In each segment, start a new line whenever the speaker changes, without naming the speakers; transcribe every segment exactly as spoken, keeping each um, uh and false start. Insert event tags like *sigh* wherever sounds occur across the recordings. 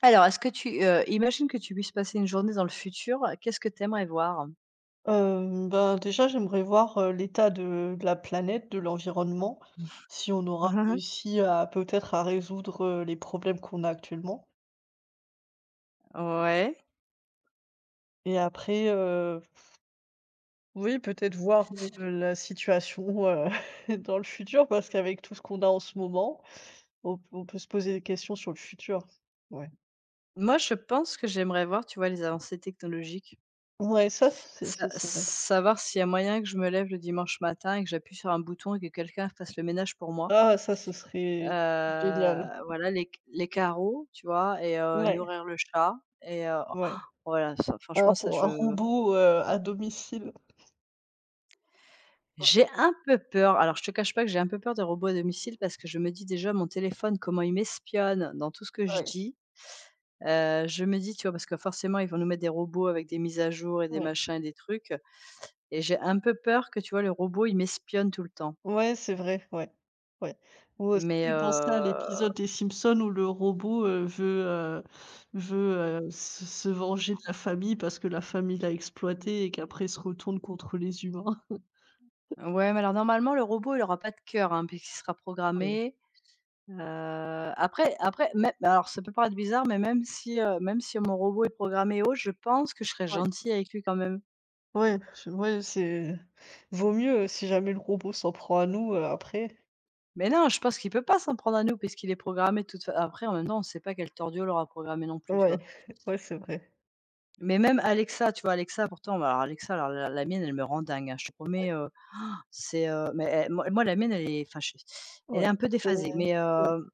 Alors, est-ce que tu, heu, imagine que tu puisses passer une journée dans le futur, qu'est-ce que tu aimerais voir?
Hem, ben, déjà, j'aimerais voir, heu, l'état de de la planète, de l'environnement, si on aura
*laughs*
réussi à peut-être à résoudre, heu, les problèmes qu'on a actuellement.
Ouais,
Et après, heu, oui, peut-être voir, heu, la situation, heu, *laughs* dans le futur parce qu'avec tout ce qu'on a en ce moment, on peut on peut se poser des questions sur le futur. Ouais.
moi je pense que j'aimerais voir, tu vois, les avancées technologiques.
Ouais, ça, c'est
Sa
ce serait.
savoir s'il y a moyen que je me lève le dimanche matin et que j'appuie sur un bouton et que quelqu'un fasse le ménage pour moi.
Ah, ça, ce
Heu,
serait génial.
voilà les les carreaux, tu vois? Et heu,
Ouais,
nourrir le chat et heu,
ouais.
voilà, ça
Un
franchement, ça
ro un
je.
robot, heu, à domicile.
J'ai un peu peur. Alors, je te cache pas que j'ai un peu peur des robots à domicile parce que je me dis déjà mon téléphone, comment il m'espionne dans tout ce que je
Ouais,
dis. Heu, je me dis, tu vois, parce que forcément, ils vont nous mettre des robots avec des mises à jour et des
ouais.
machins et des trucs, et j'ai un peu peur que, tu vois, le robot, il m'espionne tout le temps.
Ouais, c'est vrai, ouais, ouais. Ou, heu, ça
Mais,
fait penser à
heu,
l'épisode des Simpsons où le robot, heu, veut, heu, veut, heu, se se venger de la famille parce que la famille l'a exploité et qu'après il se retourne contre les humains. *laughs*
ouais, mais alors normalement, le robot, il aura pas de cœur, hein, puisqu'il sera
Oui.
programmé. Heu, après après même, alors ça peut paraître bizarre, mais même si, heu, même si mon robot est programmé haut, je pense que je serai
Ouais.
gentille avec lui quand même.
Ouais, je ouais, c'est vaut mieux, heu, si jamais le robot s'en prend à nous, heu, après.
Mais non, je pense qu'il peut pas s'en prendre à nous parce qu'il est programmé de toute fa. Après en même temps, on sait pas quel tordio l'aura programmé non plus, tu
Ouais,
vois?
*laughs* ouais, c'est vrai.
Mais même Alexa, tu vois? Alexa pourtant, bah, alors Alexa, alors la la mienne, elle me rend dingue, hein, je te promets, heu, c'est, heu, mais elle moi moi la mienne, elle est enfin je elle est
Ouais,
un peu
c'est
déphasée, mais
ouais,
heu,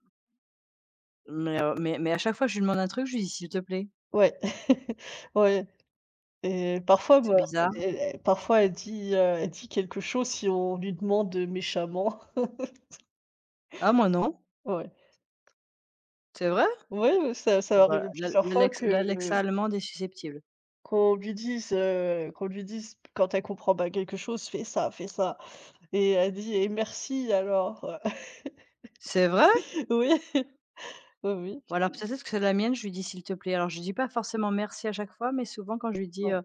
mais heu, mais mais à chaque fois je lui demande un truc, je lui dis: «S'il te plaît».
ouais, *laughs* ouais. Et parfois,
C'est
moi
bizarre.
elle elle parfois elle dit, heu, elle dit quelque chose si on lui demande méchamment.
«Ah, moi non».
Ouais.
«C'est vrai?»
Ouais, heu, ça ça m'est
Bon bah,
arrivé
l'Al
plusieurs fois
l'Alex
que
l'Alexa allemande est susceptible.
qu'on lui dise, heu, qu'on lui dise quand elle comprend pas quelque chose: «Fais ça, fais ça» et elle dit: «Et merci alors?» *laughs*
«C'est vrai?»
Oui, *laughs* oui, oui,
Voilà. Peut-être que c'est la mienne, je lui dis: «S'il te plaît». Alors je dis pas forcément merci à chaque fois, mais souvent quand je lui dis, euh,
ouais,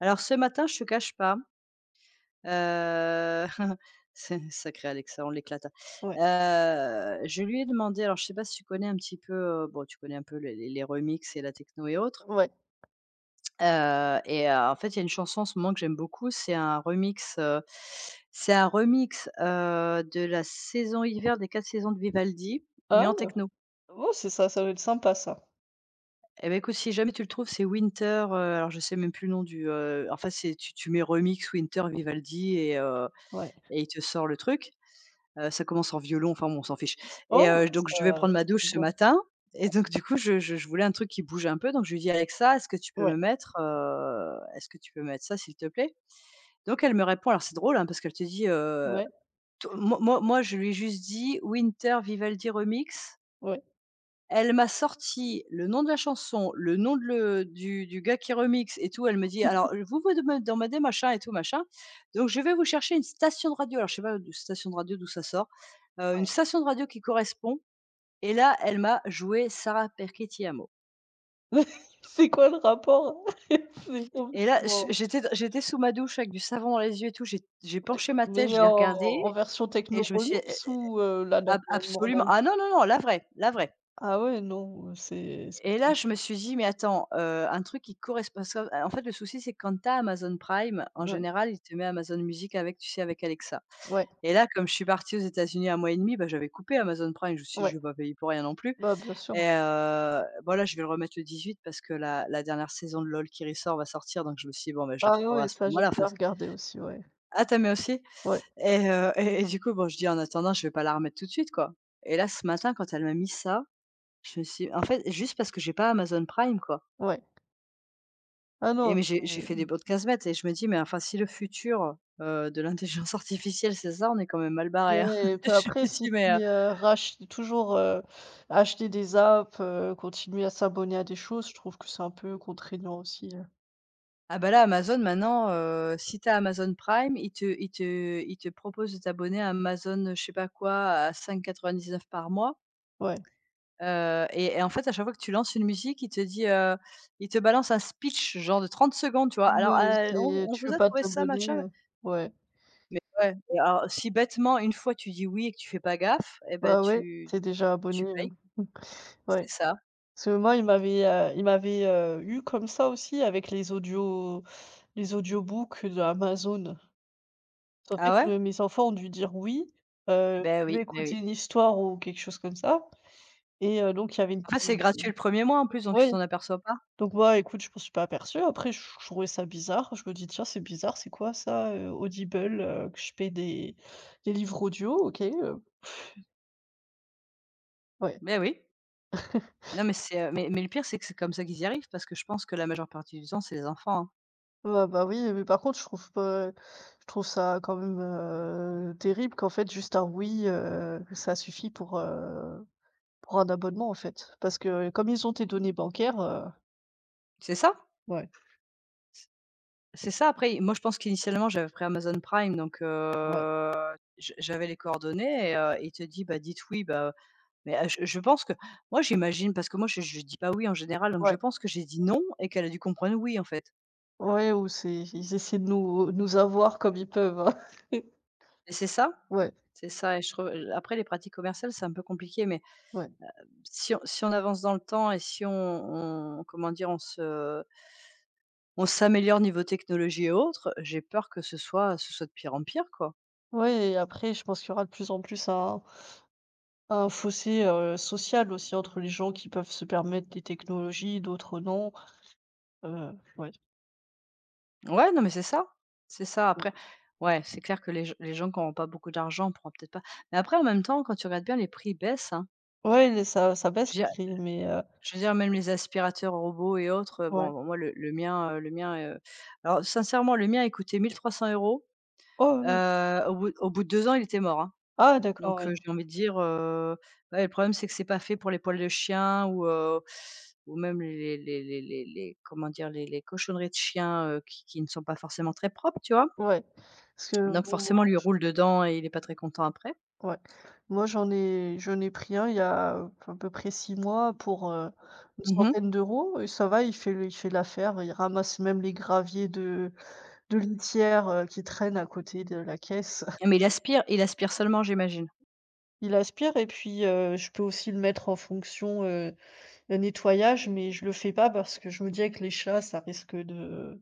alors ce matin, je te cache pas, heu, *laughs* c'est sacré Alexa, on l'éclata.
ouais,
Heu, je lui ai demandé, alors je sais pas si tu connais un petit peu, heu, bon tu connais un peu les les les remixes et la techno et autres,
ouais.
heu et heu, en fait, il y a une chanson en ce moment que j'aime beaucoup, c'est un remix, heu, c'est un remix, heu, de la saison hiver des quatre saisons de Vivaldi,
Ah
mais en
oui,
techno.
oh c'est ça, ça doit être sympa ça.
Et ben, écoute, si jamais tu le trouves, c'est Winter, heu, alors je sais même plus le nom du, heu, enfin c'est tu tu mets remix Winter Vivaldi et heu
Ouais.
et il te sort le truc. Heu, ça commence en violon, enfin bon, on s'en fiche, et
Oh
heu, donc je devais
ça
prendre ma
ça
douche
tombe
ce
bien.
matin et donc du coup, je je je voulais un truc qui bouge un peu, donc je lui dis: «Alexa, est-ce que tu peux
Ouais,
me mettre, heu, est-ce que tu peux mettre ça, s'il te plaît?» Donc elle me répond, alors c'est drôle, hein, parce qu'elle te dit, heu,
ouais,
to moi moi moi, je lui ai juste dit: «Winter Vivaldi remix».
ouais,
Elle m'a sorti le nom de la chanson, le nom de le du du gars qui remix et tout. Elle me dit: «Alors, vous vous dema demandez machin et tout machin, donc je vais vous chercher une station de radio». Alors je sais pas de station de radio d'où ça sort, heu, une
ouais.
station de radio qui correspond. Et là, elle m'a joué Sarah Perchettiamo.
*laughs* C'est quoi le rapport? *laughs* C'est
Et là, j
complètement
j'étais j'étais sous ma douche avec du savon dans les yeux et tout, j'ai j'ai
Ouais,
penché ma tête, je
mais
l'ai
en
regardée
en version
et
techno
je me suis a
remix ou heu, la
ab absolument
normale?
Ah, non, non, non, la vraie, la vraie.
Ah ouais non, c'est
Et là, je me suis dit: «Mais attends, heu, un truc qui correspond» parce que, euh, en fait, le souci, c'est que quand tu as Amazon Prime, en
ouais,
général, il te met Amazon Music avec, tu sais, avec Alexa.
ouais,
Et là, comme je suis partie aux États-Unis un mois et demi, bah, j'avais coupé Amazon Prime. Je me suis dit: «Je
ouais.
ne vais pas payer pour rien non plus».
Bah, bien sûr, ouais.
Et heu, bon là, je vais le remettre le dix-huit parce que la la dernière saison de LOL qui ressort va sortir, donc je me suis dit: «Bon, ben je la
Ah
reprendrai
ouais,
à ce
ça j'aime
moment-là». Enfin,
bien
c.
regarder aussi, ouais.
Ah, tu aimes aussi?
Ouais,
Et heu et et du coup, bon, je dis: «En attendant, je vais pas la remettre tout de suite, quoi». Et là, ce matin, quand elle m'a mis ça, je me suis, en fait, juste parce que j'ai pas Amazon Prime, quoi.
ouais. Ah
Et
non,
mais j'ai j'ai fait des
heu,
bonds de quinze mètres et je me dis: «Mais enfin, si le futur, heu, de l'intelligence *laughs* artificielle, c'est ça, on est quand même mal barré, hein».
ouais, et
*laughs*
puis
Je
après
me
si
dis: «Mais».
c'est, heu, rach toujours, heu, acheter des apps, heu, continuer à s'abonner à des choses, je trouve que c'est un peu contraignant aussi, heu,
Ah bah là, Amazon maintenant, heu, si tu as Amazon Prime, il te il te il te propose de t'abonner à Amazon, je sais pas quoi, à cinq quatre-vingt-dix-neuf par mois,
ouais.
heu et et en fait, à chaque fois que tu lances une musique, il te dit, heu, il te balance un speech genre de trente secondes, tu vois? Alors,
Ouais,
heu,
c'est
on on
tu
vous
veux
a
pas
trouvé ça
t'abonner,
machin,
heu, ouais.
mais ouais, et alors si bêtement, une fois tu dis oui et que tu fais pas gaffe, et ben
Bah, ouais,
tu
t'es déjà abonné,
tu
heu,
payes, c'est
ouais.
ça.
Parce que moi, il m'avait, heu, il m'avait, heu, eu comme ça aussi avec les audio les audiobooks de Amazon. En
Ah
fait,
ouais?
heu, mes enfants ont dû dire oui, heu,
Ben
tu veux
oui, ben
écouter
oui.
une histoire ou quelque chose comme ça. Et heu, donc il y avait une.
Après c'est gratuit le premier mois en plus, donc tu
Oui.
t'en aperçois pas.
Donc moi, écoute, je m'en suis pas aperçue. Après, je je trouvais ça bizarre. Je me dis: «Tiens, c'est bizarre, c'est quoi ça, heu, Audible, heu, que je paie des des livres audio, OK, heu». Ouais.
Ben oui.
*laughs*
Non, mais c'est, heu, mais mais le pire, c'est que c'est comme ça qu'ils y arrivent parce que je pense que la majeure partie du temps, c'est les enfants, hein.
Ouais, bah, oui, mais par contre, je trouve pas je trouve ça quand même, heu, terrible qu'en fait juste un oui, heu, ça suffit pour, heu, pour un abonnement, en fait. Parce que comme ils ont tes données bancaires, heu,
C'est ça?
ouais,
C c'est ça. Après, moi, je pense qu'initialement, j'avais pris Amazon Prime donc
ouais.
heu, j j'avais les coordonnées et heu, il te dit: «Bah, dites oui», bah, mais ah, je je pense que moi, j'imagine parce que moi, je je dis pas oui en général, donc je
Ouais,
pense que j'ai dit «non» et qu'elle a dû comprendre «oui», en fait.
ouais ou c'est ils essaient de nous nous avoir comme ils peuvent, hein. *laughs*
Et c'est ça?
Ouais,
C'est ça, et je trouve. Après les pratiques commerciales, c'est un peu compliqué, mais
ouais.
si on si on avance dans le temps, et si on on comment dire? On se. On s'améliore niveau technologie et autres, j'ai peur que ce soit ce soit de pire en pire, quoi.
Ouais et après je pense qu'il y aura de plus en plus un un fossé, heu, social aussi entre les gens qui peuvent se permettre des technologies, d'autres non, heu, ouais.
Ouais, non, mais c'est ça, c'est ça. Après,
Mmh.
ouais, c'est clair que les g les gens qui auront pas beaucoup d'argent pourront peut-être pas, mais après, en même temps, quand tu regardes bien, les prix baissent, hein.
Ouais, les ça ça baisse
Je veux
les
dire,
prix mais heu,
je veux dire même les aspirateurs robots et autres, heu,
ouais.
bon, bon, moi le le mien, heu, le mien, heu, alors sincèrement, le mien, il coûtait mille trois cents €,
Oh oui!
heu, au bout au bout de deux ans, il était mort, hein.
Ah d'accord,
Donc heu,
oui.
j'ai envie de dire, heu, ouais, le problème, c'est que c'est pas fait pour les poils de chien ou heu, ou même les les les les les comment dire? Les les cochonneries de chiens, heu, qui qui ne sont pas forcément très propres, tu vois?
Ouais, parce que
Donc
bon.
forcément, lui roule dedans et il est pas très content après.
Ouais. Moi, j'en ai j'en ai pris un il y a, heu, à peu près six mois pour, heu, une
Mmh mh.
centaine d'euros et ça va, il fait le il fait l'affaire. Il ramasse même les graviers de de litière, heu, qui traînent à côté de la caisse.
Mais
*laughs*
il aspire il aspire seulement, j'imagine.
Il aspire et puis, heu, je peux aussi le mettre en fonction, heu, nettoyage, mais je le fais pas parce que je me dis avec les chats, ça risque de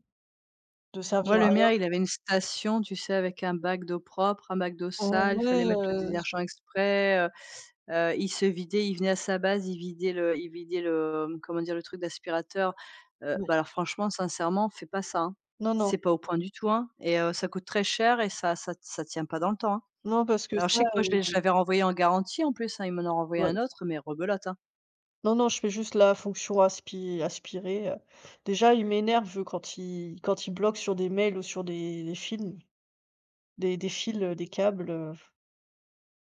de
Moi,
servir à
le
rien.
mien, il avait une station, tu sais, avec un bac d'eau propre, un bac d'eau
En
sale,
vrai,
fallait mettre le
heu,
détergent exprès. Heu Heu, il se vidait, il venait à sa base, il vidait le il vidait le, mmh, comment dire? Le truc d'aspirateur. Heu,
oui.
bah, alors franchement, sincèrement, fais pas ça, hein.
Non, non.
C'est pas au point du tout, hein, et heu, ça coûte très cher et ça ça ça tient pas dans le temps, hein.
Non parce que
Alors je
ça,
sais que moi je l'ai je
heu,
l'avais renvoyé en garantie en plus, hein, ils m'en ont renvoyé un
ouais.
autre, mais rebelote, hein.
Non, non, je fais juste la fonction aspi aspirer, heu. Déjà, il m'énerve quand il quand il bloque sur des mails ou sur des des films, des des fils, heu, des câbles, heu,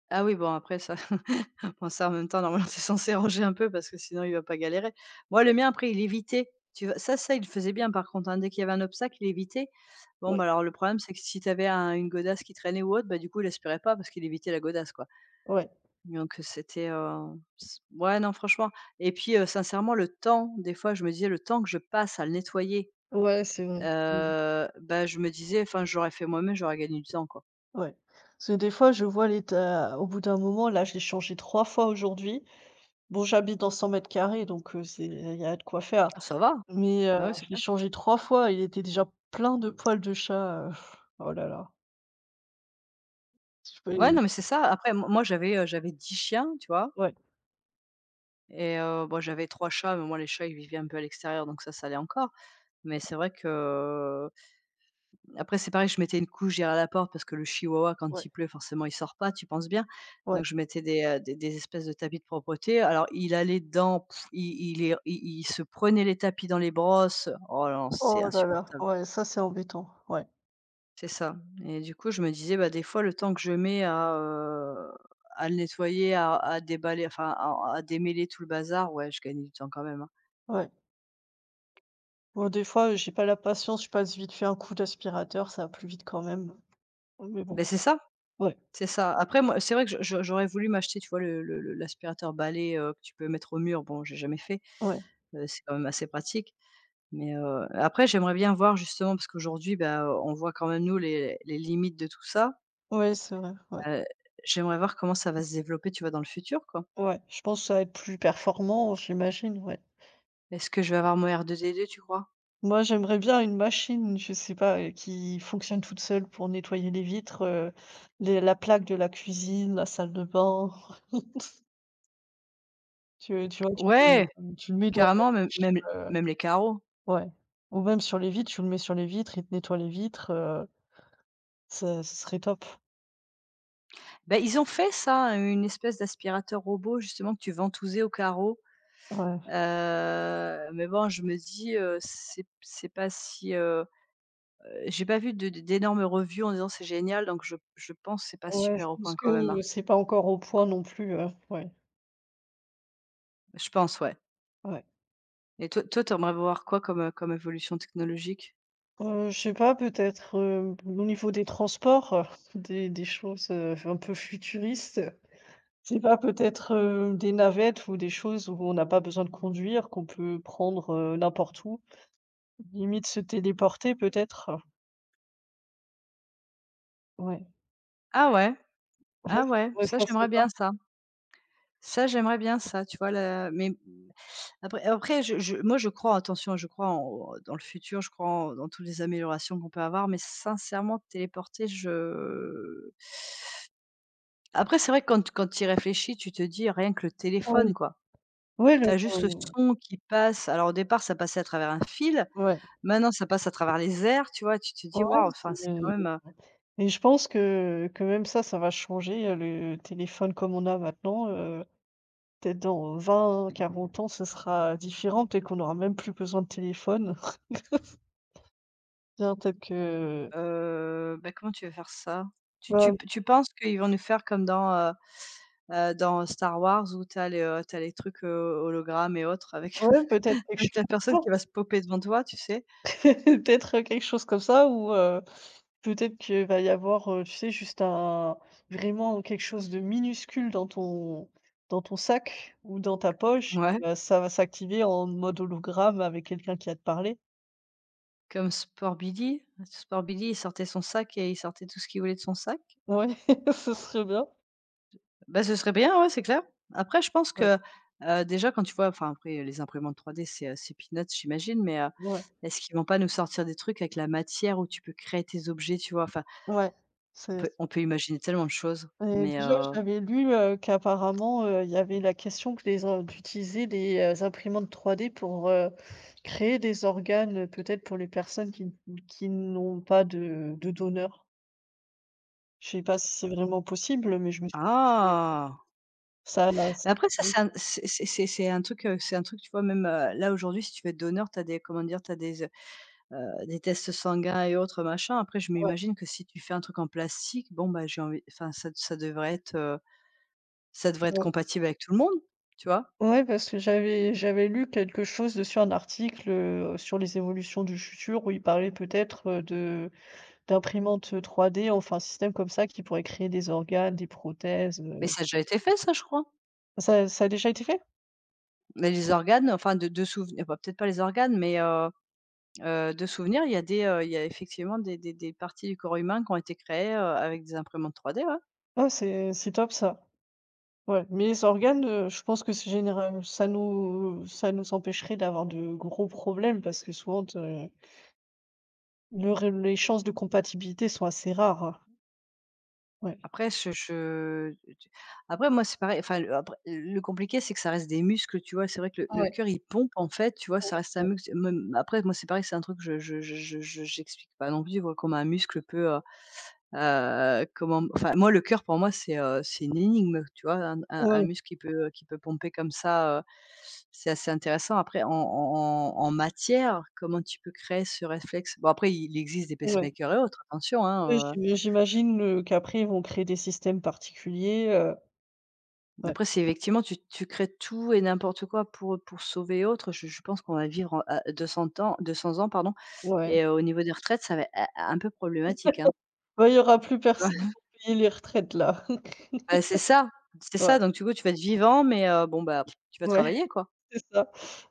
Ah oui, bon après ça. *laughs* Bon ça, en même temps, normalement *laughs* t'es censé ranger un peu parce que sinon il va pas galérer. Moi le mien après il évitait, tu vois? Ça ça il le faisait bien par contre, hein, dès qu'il y avait un obstacle il évitait. Bon
ouais,
bah, alors le problème c'est que si tu avais une godasse qui traînait ou autre, bah, du coup il aspirait pas parce qu'il évitait la godasse, quoi.
ouais,
Donc c'était, heu, c ouais non franchement, et puis, heu, sincèrement le temps, des fois je me disais le temps que je passe à le nettoyer,
ouais, c'est vrai. Mmh,
heu, bah, je me disais, enfin j'aurais fait moi-même, j'aurais gagné du temps, quoi.
ouais. Parce que des fois, je vois l'état au bout d'un moment, là, j'ai changé trois fois aujourd'hui. Bon, j'habite dans cent mètres carrés donc heu, c'est il y a de quoi faire,
Ça va,
mais heu,
bah, ouais c'est
je l'ai
clair.
changé trois fois, il était déjà plein de poils de chat, heu, oh là là. Je peux.
Ouais non mais c'est ça, après m moi j'avais, heu, j'avais dix chiens, tu vois?
Ouais,
Et heu, bon, j'avais trois chats, mais moi, les chats, ils vivaient un peu à l'extérieur, donc ça, ça allait encore. Mais c'est vrai que après, c'est pareil, je mettais une couche derrière la porte parce que le chihuahua, quand
ouais,
il pleut, forcément, il sort pas, tu penses bien.
ouais.
Donc je mettais des, heu, des des espèces de tapis de propreté. Alors il allait dedans, il il est il il se prenait les tapis dans les brosses. Oh non, c'est
Oh là là,
insupportable.
ouais, ça c'est embêtant, ouais,
C'est ça, et du coup, je me disais, bah, des fois, le temps que je mets à, heu, à le nettoyer, à à déballer, enfin, à à démêler tout le bazar, ouais, je gagnais du temps quand même, hein.
ouais. Bon, des fois, j'ai pas la patience, je passe vite fait un coup d'aspirateur, ça va plus vite quand même. Mais bon,
Beh, c'est ça.
ouais,
C'est ça. Après moi, c'est vrai que je je j'aurais voulu m'acheter, tu vois, le le le l'aspirateur balai, heu, que tu peux mettre au mur. Bon, j'ai jamais fait,
ouais,
heu, c'est quand même assez pratique. Mais, heu, après j'aimerais bien voir justement parce qu'aujourd'hui, bah, on voit quand même nous les les limites de tout ça.
ouais, c'est vrai, ouais,
Heu, J'aimerais voir comment ça va se développer, tu vois, dans le futur, quoi.
ouais. Je pense que ça va être plus performant, j'imagine, ouais.
Est-ce que je vais avoir mon R deux D deux, tu crois?
Moi, j'aimerais bien une machine, je sais pas, euh, qui fonctionne toute seule pour nettoyer les vitres, euh, les- la plaque de la cuisine, la salle de bain. Tu, tu vois, tu,
Ouais,
tu le mets dans la
carrément, même
douche,
même
euh,
même les carreaux.
ouais. Ou même sur les vitres, tu le mets sur les vitres, il te nettoie les vitres, euh, ça, ce serait top.
Bah, ils ont fait ça, une espèce d'aspirateur robot justement que tu ventousais au carreau. Heu,
Ouais,
mais bon, je me dis, heu, c'est c'est pas si, heu, heu, j'ai pas vu de de d'énormes reviews en disant: «C'est génial», donc je je pense que c'est pas
ouais, je
super au
pense
point quand même,
que
hein.
c'est pas encore au point non plus, heu, ouais,
Je pense, ouais.
ouais.
Et toi toi, t'aimerais voir quoi comme, heu, comme évolution technologique?
Heu, je sais pas, peut-être, heu, au niveau des transports, heu, *laughs* des des choses, heu, un peu futuristes. Je sais pas, peut-être, heu, des navettes ou des choses où on n'a pas besoin de conduire, qu'on peut prendre, heu, n'importe où, limite se téléporter peut-être? Ouais.
Ah ouais?
Ouais,
Ah
je
ouais,
trouverais
ça
ça
j'aimerais
sympa.
bien ça. Ça j'aimerais bien ça, tu vois? Le mais après après je je moi je crois, attention, je crois en dans le futur, je crois en dans toutes les améliorations qu'on peut avoir, mais sincèrement téléporter, je… après c'est vrai que quand quand tu y réfléchis, tu te dis: «Rien que le téléphone,
Ouais.
quoi».
Ouais, le,
Tu as juste le
heu,
son qui passe. Alors au départ, ça passait à travers un fil,
ouais.
maintenant ça passe à travers les airs, tu vois? Tu te dis:
Ouais,
«Waouh!»
c'est,
enfin c'est quand
heu
même, euh,
et je pense que que même ça, ça va changer, heu, le téléphone comme on a maintenant, heu, peut-être dans vingt, quarante ans, ce sera différent, peut-être qu'on aura même plus besoin de téléphone. *laughs* Bien, peut-être que
Heu, bah, comment tu veux faire ça? Tu
Bah,
tu tu penses qu'ils vont nous faire comme dans, heu heu, dans Star Wars où tu as les, heu, tu… les trucs, heu, hologrammes et autres, avec
ouais, peut-être
*laughs*
quelque
avec la
chose comme
personne qui
ça.
va se popper devant toi, tu sais?
*laughs* Peut-être, quelque chose comme ça ou heu, peut-être qu'il va y avoir, heu, tu sais, juste un vraiment quelque chose de minuscule dans ton dans ton sac ou dans ta poche,
Ouais,
heu, ça va s'activer en mode hologramme avec quelqu'un qui va te parler.
comme Sport Billy. Sport Billy, il sortait son sac et il sortait tout ce qu'il voulait de son sac.
Ouais, *laughs* ce serait bien.
Bah, ce serait bien, ouais, c'est clair. Après je pense
Ouais,
que, heu, déjà quand tu vois, enfin après les imprimantes trois D c'est, heu, c'est peanuts j'imagine, mais, heu,
ouais.
est-ce qu'ils vont pas nous sortir des trucs avec la matière où tu peux créer tes objets, tu vois? Enfin,
Ouais,
On
c'est
peut on peut imaginer tellement de choses,
et
mais
déjà
heu…
j'avais lu, heu, qu'apparemment, heu, il y avait la question que les in d'utiliser les, heu, imprimantes trois D pour, heu, créer des organes, heu, peut-être pour les personnes qui qui n'ont pas de de donneur. Je sais pas si c'est vraiment possible, mais je me suis dit
ah!
ça là c'est
Mais après ça, c'est un c'est c'est c'est c'est un truc, heu, c'est un truc, tu vois, même, heu, là, aujourd'hui, si tu veux être donneur, t'as des, comment dire? T'as des, heu heu, des tests sanguins et autres machins. Après, je
ouais,
m'imagine que si tu fais un truc en plastique, bon, bah, j'ai envie… enfin, ça ça devrait être, heu, ça devrait être
ouais.
compatible avec tout le monde, tu vois?
Ouais, parce que j'avais j'avais lu quelque chose dessus, un article, heu, sur les évolutions du futur où il parlait peut-être, heu, de d'imprimante, heu, trois D, enfin, un système comme ça qui pourrait créer des organes, des prothèses,
Mais
heu,
ça a déjà été fait ça, je crois.
ça ça a déjà été fait?
Mais les organes, enfin de de souvenir, bah, peut-être pas les organes, mais heu… Heu, de souvenirs, il y a des, heu, il y a effectivement des des des parties du corps humain qui ont été créées, heu, avec des imprimantes trois D, ouais.
Ah c'est c'est top ça. Ouais, mais les organes, heu, je pense que c'est général ça nous ça nous empêcherait d'avoir de gros problèmes parce que souvent te le re les chances de compatibilité sont assez rares, hein. Ouais.
Après je je après moi c'est pareil, enfin le… après le compliqué c'est que ça reste des muscles, tu vois? C'est vrai que le le
Ouais,
cœur il pompe en fait, tu vois? Ça
ouais,
reste
c'est
un
vrai.
muscle. Même après moi c'est pareil, c'est un truc que je je je je je j'explique pas non plus, voilà, comment un muscle peut, heu heu, comment… enfin moi le cœur pour moi c'est, heu, c'est une énigme, tu vois? Un un un
Ouais,
muscle qui peut qui peut pomper comme ça, heu, c'est assez intéressant. Après en en en matière, comment tu peux créer ce réflexe? Bon, après il existe des
ouais.
pacemakers et autres, attention,
Oui,
hein.
j'imagine, heu, qu'après ils vont créer des systèmes particuliers, heu,
Mais
ouais,
après, c'est effectivement, tu tu crées tout et n'importe quoi pour, pour sauver autre, je je pense qu'on va vivre en à deux cents ans deux cents ans pardon,
ouais.
et heu, au niveau des retraites, ça va ê… un un peu problématique, hein.
Bah, il y aura plus
Tu vois?
personne pour payer les retraites là. *laughs*
Bah, c'est ça, c'est ça,
Ouais,
donc du coup, tu vas être vivant mais heu, bon, bah, tu vas
ouais.
travailler, quoi.
C'est ça.